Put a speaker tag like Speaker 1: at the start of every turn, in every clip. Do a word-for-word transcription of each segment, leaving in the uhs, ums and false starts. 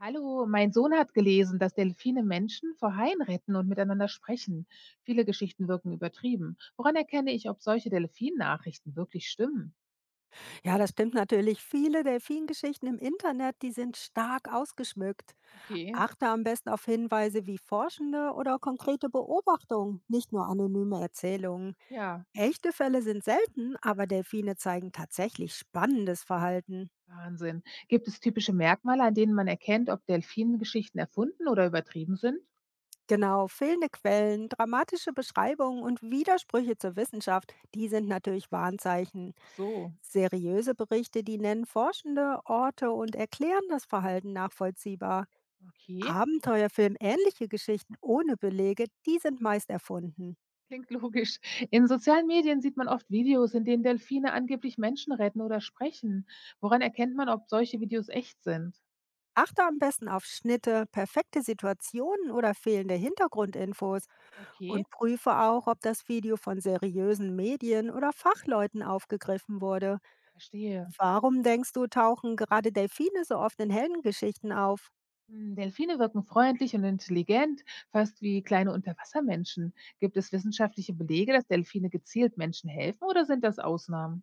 Speaker 1: Hallo, mein Sohn hat gelesen, dass Delfine Menschen vor Haien retten und miteinander sprechen. Viele Geschichten wirken übertrieben. Woran erkenne ich, ob solche Delfin-Nachrichten wirklich stimmen?
Speaker 2: Ja, das stimmt natürlich. Viele Delfingeschichten im Internet, die sind stark ausgeschmückt.
Speaker 1: Okay,
Speaker 2: Achte am besten auf Hinweise wie Forschende oder konkrete Beobachtungen, nicht nur anonyme Erzählungen.
Speaker 1: ja.
Speaker 2: Echte Fälle sind selten, aber Delfine zeigen tatsächlich spannendes Verhalten.
Speaker 1: Wahnsinn. Gibt es typische Merkmale, an denen man erkennt, ob Delfin-Geschichten erfunden oder übertrieben sind?
Speaker 2: Genau, fehlende Quellen, dramatische Beschreibungen und Widersprüche zur Wissenschaft, die sind natürlich Warnzeichen.
Speaker 1: Ach so.
Speaker 2: Seriöse Berichte, die nennen Forschende, Orte und erklären das Verhalten nachvollziehbar.
Speaker 1: Okay,
Speaker 2: Abenteuerfilm ähnliche Geschichten ohne Belege, die sind meist erfunden.
Speaker 1: klingt logisch. In sozialen Medien sieht man oft Videos, in denen Delfine angeblich Menschen retten oder sprechen. Woran erkennt man, ob solche Videos echt sind?
Speaker 2: Achte am besten auf Schnitte, perfekte Situationen oder fehlende Hintergrundinfos
Speaker 1: Okay,
Speaker 2: und prüfe auch, ob das Video von seriösen Medien oder Fachleuten aufgegriffen wurde.
Speaker 1: verstehe.
Speaker 2: Warum denkst du, tauchen gerade Delfine so oft in Heldengeschichten auf?
Speaker 1: Hm, Delfine wirken freundlich und intelligent, fast wie kleine Unterwassermenschen. Gibt es wissenschaftliche Belege, dass Delfine gezielt Menschen helfen oder sind das Ausnahmen?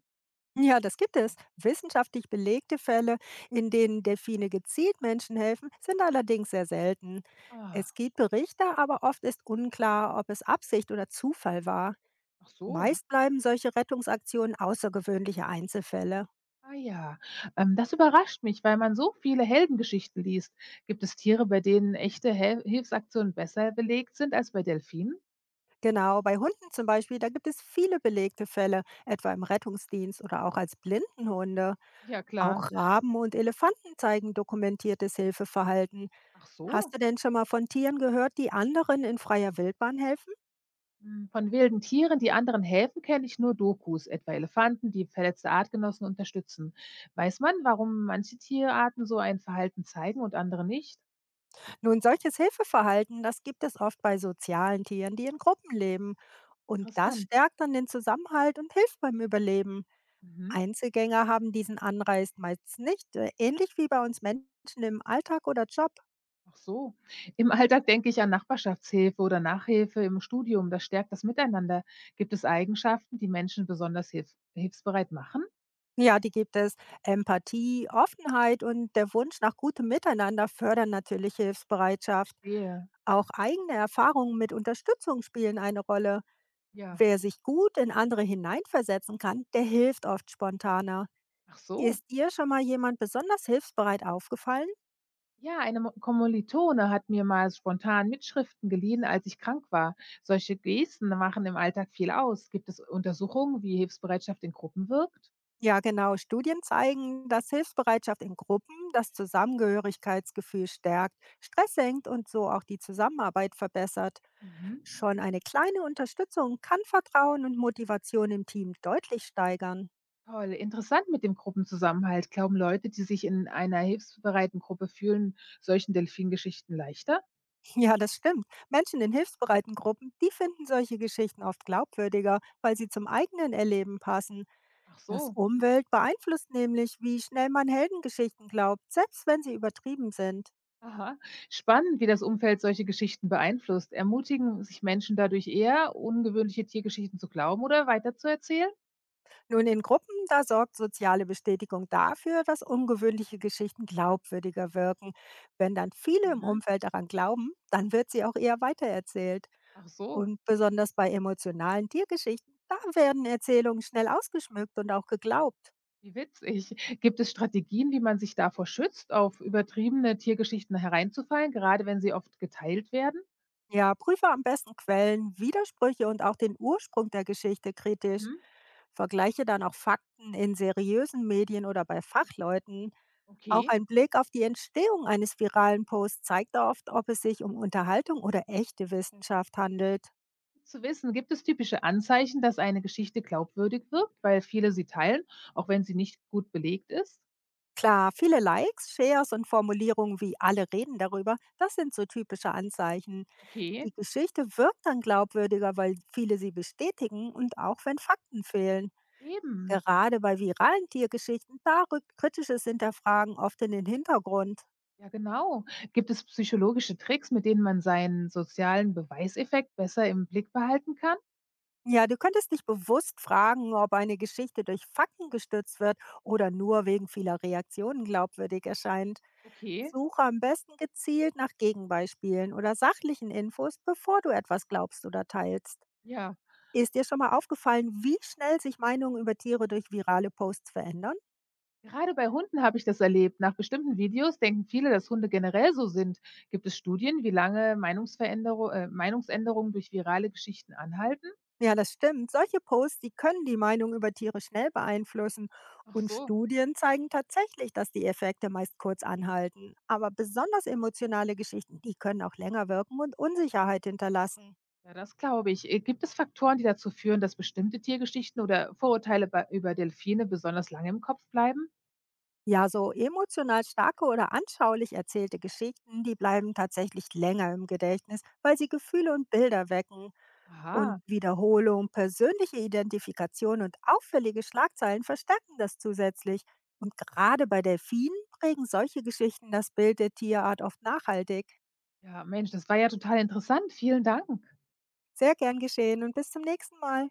Speaker 2: Ja, das gibt es. Wissenschaftlich belegte Fälle, in denen Delfine gezielt Menschen helfen, sind allerdings sehr selten.
Speaker 1: Ah,
Speaker 2: Es gibt Berichte, aber oft ist unklar, ob es Absicht oder Zufall war.
Speaker 1: ach so.
Speaker 2: Meist bleiben solche Rettungsaktionen außergewöhnliche Einzelfälle.
Speaker 1: Ah ja, ähm, das überrascht mich, weil man so viele Heldengeschichten liest. Gibt es Tiere, bei denen echte Hel Hilfsaktionen besser belegt sind als bei Delfinen?
Speaker 2: Genau, bei Hunden zum Beispiel, da gibt es viele belegte Fälle, etwa im Rettungsdienst oder auch als Blindenhunde.
Speaker 1: Ja klar.
Speaker 2: Auch Raben und Elefanten zeigen dokumentiertes Hilfeverhalten.
Speaker 1: Ach
Speaker 2: Hast
Speaker 1: so.
Speaker 2: du denn schon mal von Tieren gehört, die anderen in freier Wildbahn helfen?
Speaker 1: Hm, von wilden Tieren, die anderen helfen, kenne ich nur Dokus, etwa Elefanten, die verletzte Artgenossen unterstützen. Weiß man, warum manche Tierarten so ein Verhalten zeigen und andere nicht?
Speaker 2: Nun, solches Hilfeverhalten, das gibt es oft bei sozialen Tieren, die in Gruppen leben. Und das
Speaker 1: Interessant.
Speaker 2: stärkt dann den Zusammenhalt und hilft beim Überleben.
Speaker 1: Mhm.
Speaker 2: Einzelgänger haben diesen Anreiz meist nicht, äh, ähnlich wie bei uns Menschen im Alltag oder Job.
Speaker 1: Ach so. Im Alltag denke ich an Nachbarschaftshilfe oder Nachhilfe im Studium. Das stärkt das Miteinander. Gibt es Eigenschaften, die Menschen besonders hilf hilfsbereit machen?
Speaker 2: Ja, die gibt es. Empathie, Offenheit und der Wunsch nach gutem Miteinander fördern natürlich Hilfsbereitschaft.
Speaker 1: Verstehe.
Speaker 2: Auch eigene Erfahrungen mit Unterstützung spielen eine Rolle.
Speaker 1: Ja.
Speaker 2: Wer sich gut in andere hineinversetzen kann, der hilft oft spontaner.
Speaker 1: Ach so.
Speaker 2: Ist dir schon mal jemand besonders hilfsbereit aufgefallen?
Speaker 1: Ja, eine Mo Kommilitone hat mir mal spontan Mitschriften geliehen, als ich krank war. Solche Gesten machen im Alltag viel aus. Gibt es Untersuchungen, wie Hilfsbereitschaft in Gruppen wirkt?
Speaker 2: Ja, genau. Studien zeigen, dass Hilfsbereitschaft in Gruppen das Zusammengehörigkeitsgefühl stärkt, Stress senkt und so auch die Zusammenarbeit verbessert.
Speaker 1: Mhm.
Speaker 2: Schon eine kleine Unterstützung kann Vertrauen und Motivation im Team deutlich steigern.
Speaker 1: Toll, interessant mit dem Gruppenzusammenhalt. Glauben Leute, die sich in einer hilfsbereiten Gruppe fühlen, solchen Delfingeschichten leichter?
Speaker 2: Ja, das stimmt. Menschen in hilfsbereiten Gruppen, die finden solche Geschichten oft glaubwürdiger, weil sie zum eigenen Erleben passen.
Speaker 1: Ach
Speaker 2: Das
Speaker 1: so.
Speaker 2: Umwelt beeinflusst nämlich, wie schnell man Heldengeschichten glaubt, selbst wenn sie übertrieben sind.
Speaker 1: Aha. Spannend, wie das Umfeld solche Geschichten beeinflusst. Ermutigen sich Menschen dadurch eher, ungewöhnliche Tiergeschichten zu glauben oder weiterzuerzählen?
Speaker 2: Nun, in Gruppen, da sorgt soziale Bestätigung dafür, dass ungewöhnliche Geschichten glaubwürdiger wirken. Wenn dann viele im
Speaker 1: Mhm.
Speaker 2: Umfeld daran glauben, dann wird sie auch eher weitererzählt.
Speaker 1: Ach so.
Speaker 2: Und besonders bei emotionalen Tiergeschichten, da werden Erzählungen schnell ausgeschmückt und auch geglaubt.
Speaker 1: Wie witzig. Gibt es Strategien, wie man sich davor schützt, auf übertriebene Tiergeschichten hereinzufallen, gerade wenn sie oft geteilt werden?
Speaker 2: Ja, prüfe am besten Quellen, Widersprüche und auch den Ursprung der Geschichte kritisch.
Speaker 1: Mhm.
Speaker 2: Vergleiche dann auch Fakten in seriösen Medien oder bei Fachleuten. Auch
Speaker 1: Okay.
Speaker 2: ein Blick auf die Entstehung eines viralen Posts zeigt oft, ob es sich um Unterhaltung oder echte Wissenschaft handelt.
Speaker 1: Zu wissen, gibt es typische Anzeichen, dass eine Geschichte glaubwürdig wirkt, weil viele sie teilen, auch wenn sie nicht gut belegt ist?
Speaker 2: Klar, viele Likes, Shares und Formulierungen wie alle reden darüber, das sind so typische Anzeichen. Die
Speaker 1: Okay,
Speaker 2: Geschichte wirkt dann glaubwürdiger, weil viele sie bestätigen und auch wenn Fakten fehlen.
Speaker 1: eben.
Speaker 2: Gerade bei viralen Tiergeschichten, da rückt kritisches Hinterfragen oft in den Hintergrund.
Speaker 1: Ja, genau. Gibt es psychologische Tricks, mit denen man seinen sozialen Beweiseffekt besser im Blick behalten kann?
Speaker 2: Ja, du könntest dich bewusst fragen, ob eine Geschichte durch Fakten gestützt wird oder nur wegen vieler Reaktionen glaubwürdig erscheint.
Speaker 1: Okay,
Speaker 2: Suche am besten gezielt nach Gegenbeispielen oder sachlichen Infos, bevor du etwas glaubst oder teilst.
Speaker 1: ja.
Speaker 2: Ist dir schon mal aufgefallen, wie schnell sich Meinungen über Tiere durch virale Posts verändern?
Speaker 1: Gerade bei Hunden habe ich das erlebt. Nach bestimmten Videos denken viele, dass Hunde generell so sind. Gibt es Studien, wie lange Meinungsveränderung, äh, Meinungsänderungen durch virale Geschichten anhalten?
Speaker 2: Ja, das stimmt. Solche Posts, die können die Meinung über Tiere schnell beeinflussen.
Speaker 1: Ach
Speaker 2: Und
Speaker 1: so,
Speaker 2: Studien zeigen tatsächlich, dass die Effekte meist kurz anhalten. Aber besonders emotionale Geschichten, die können auch länger wirken und Unsicherheit hinterlassen.
Speaker 1: ja, das glaube ich. Äh, Gibt es Faktoren, die dazu führen, dass bestimmte Tiergeschichten oder Vorurteile bei, über Delfine besonders lange im Kopf bleiben?
Speaker 2: Ja, so emotional starke oder anschaulich erzählte Geschichten, die bleiben tatsächlich länger im Gedächtnis, weil sie Gefühle und Bilder wecken. Und
Speaker 1: Aha,
Speaker 2: Wiederholung, persönliche Identifikation und auffällige Schlagzeilen verstärken das zusätzlich. Und gerade bei Delfinen prägen solche Geschichten das Bild der Tierart oft nachhaltig.
Speaker 1: ja, Mensch, das war ja total interessant. Vielen Dank.
Speaker 2: Sehr gern geschehen und bis zum nächsten Mal.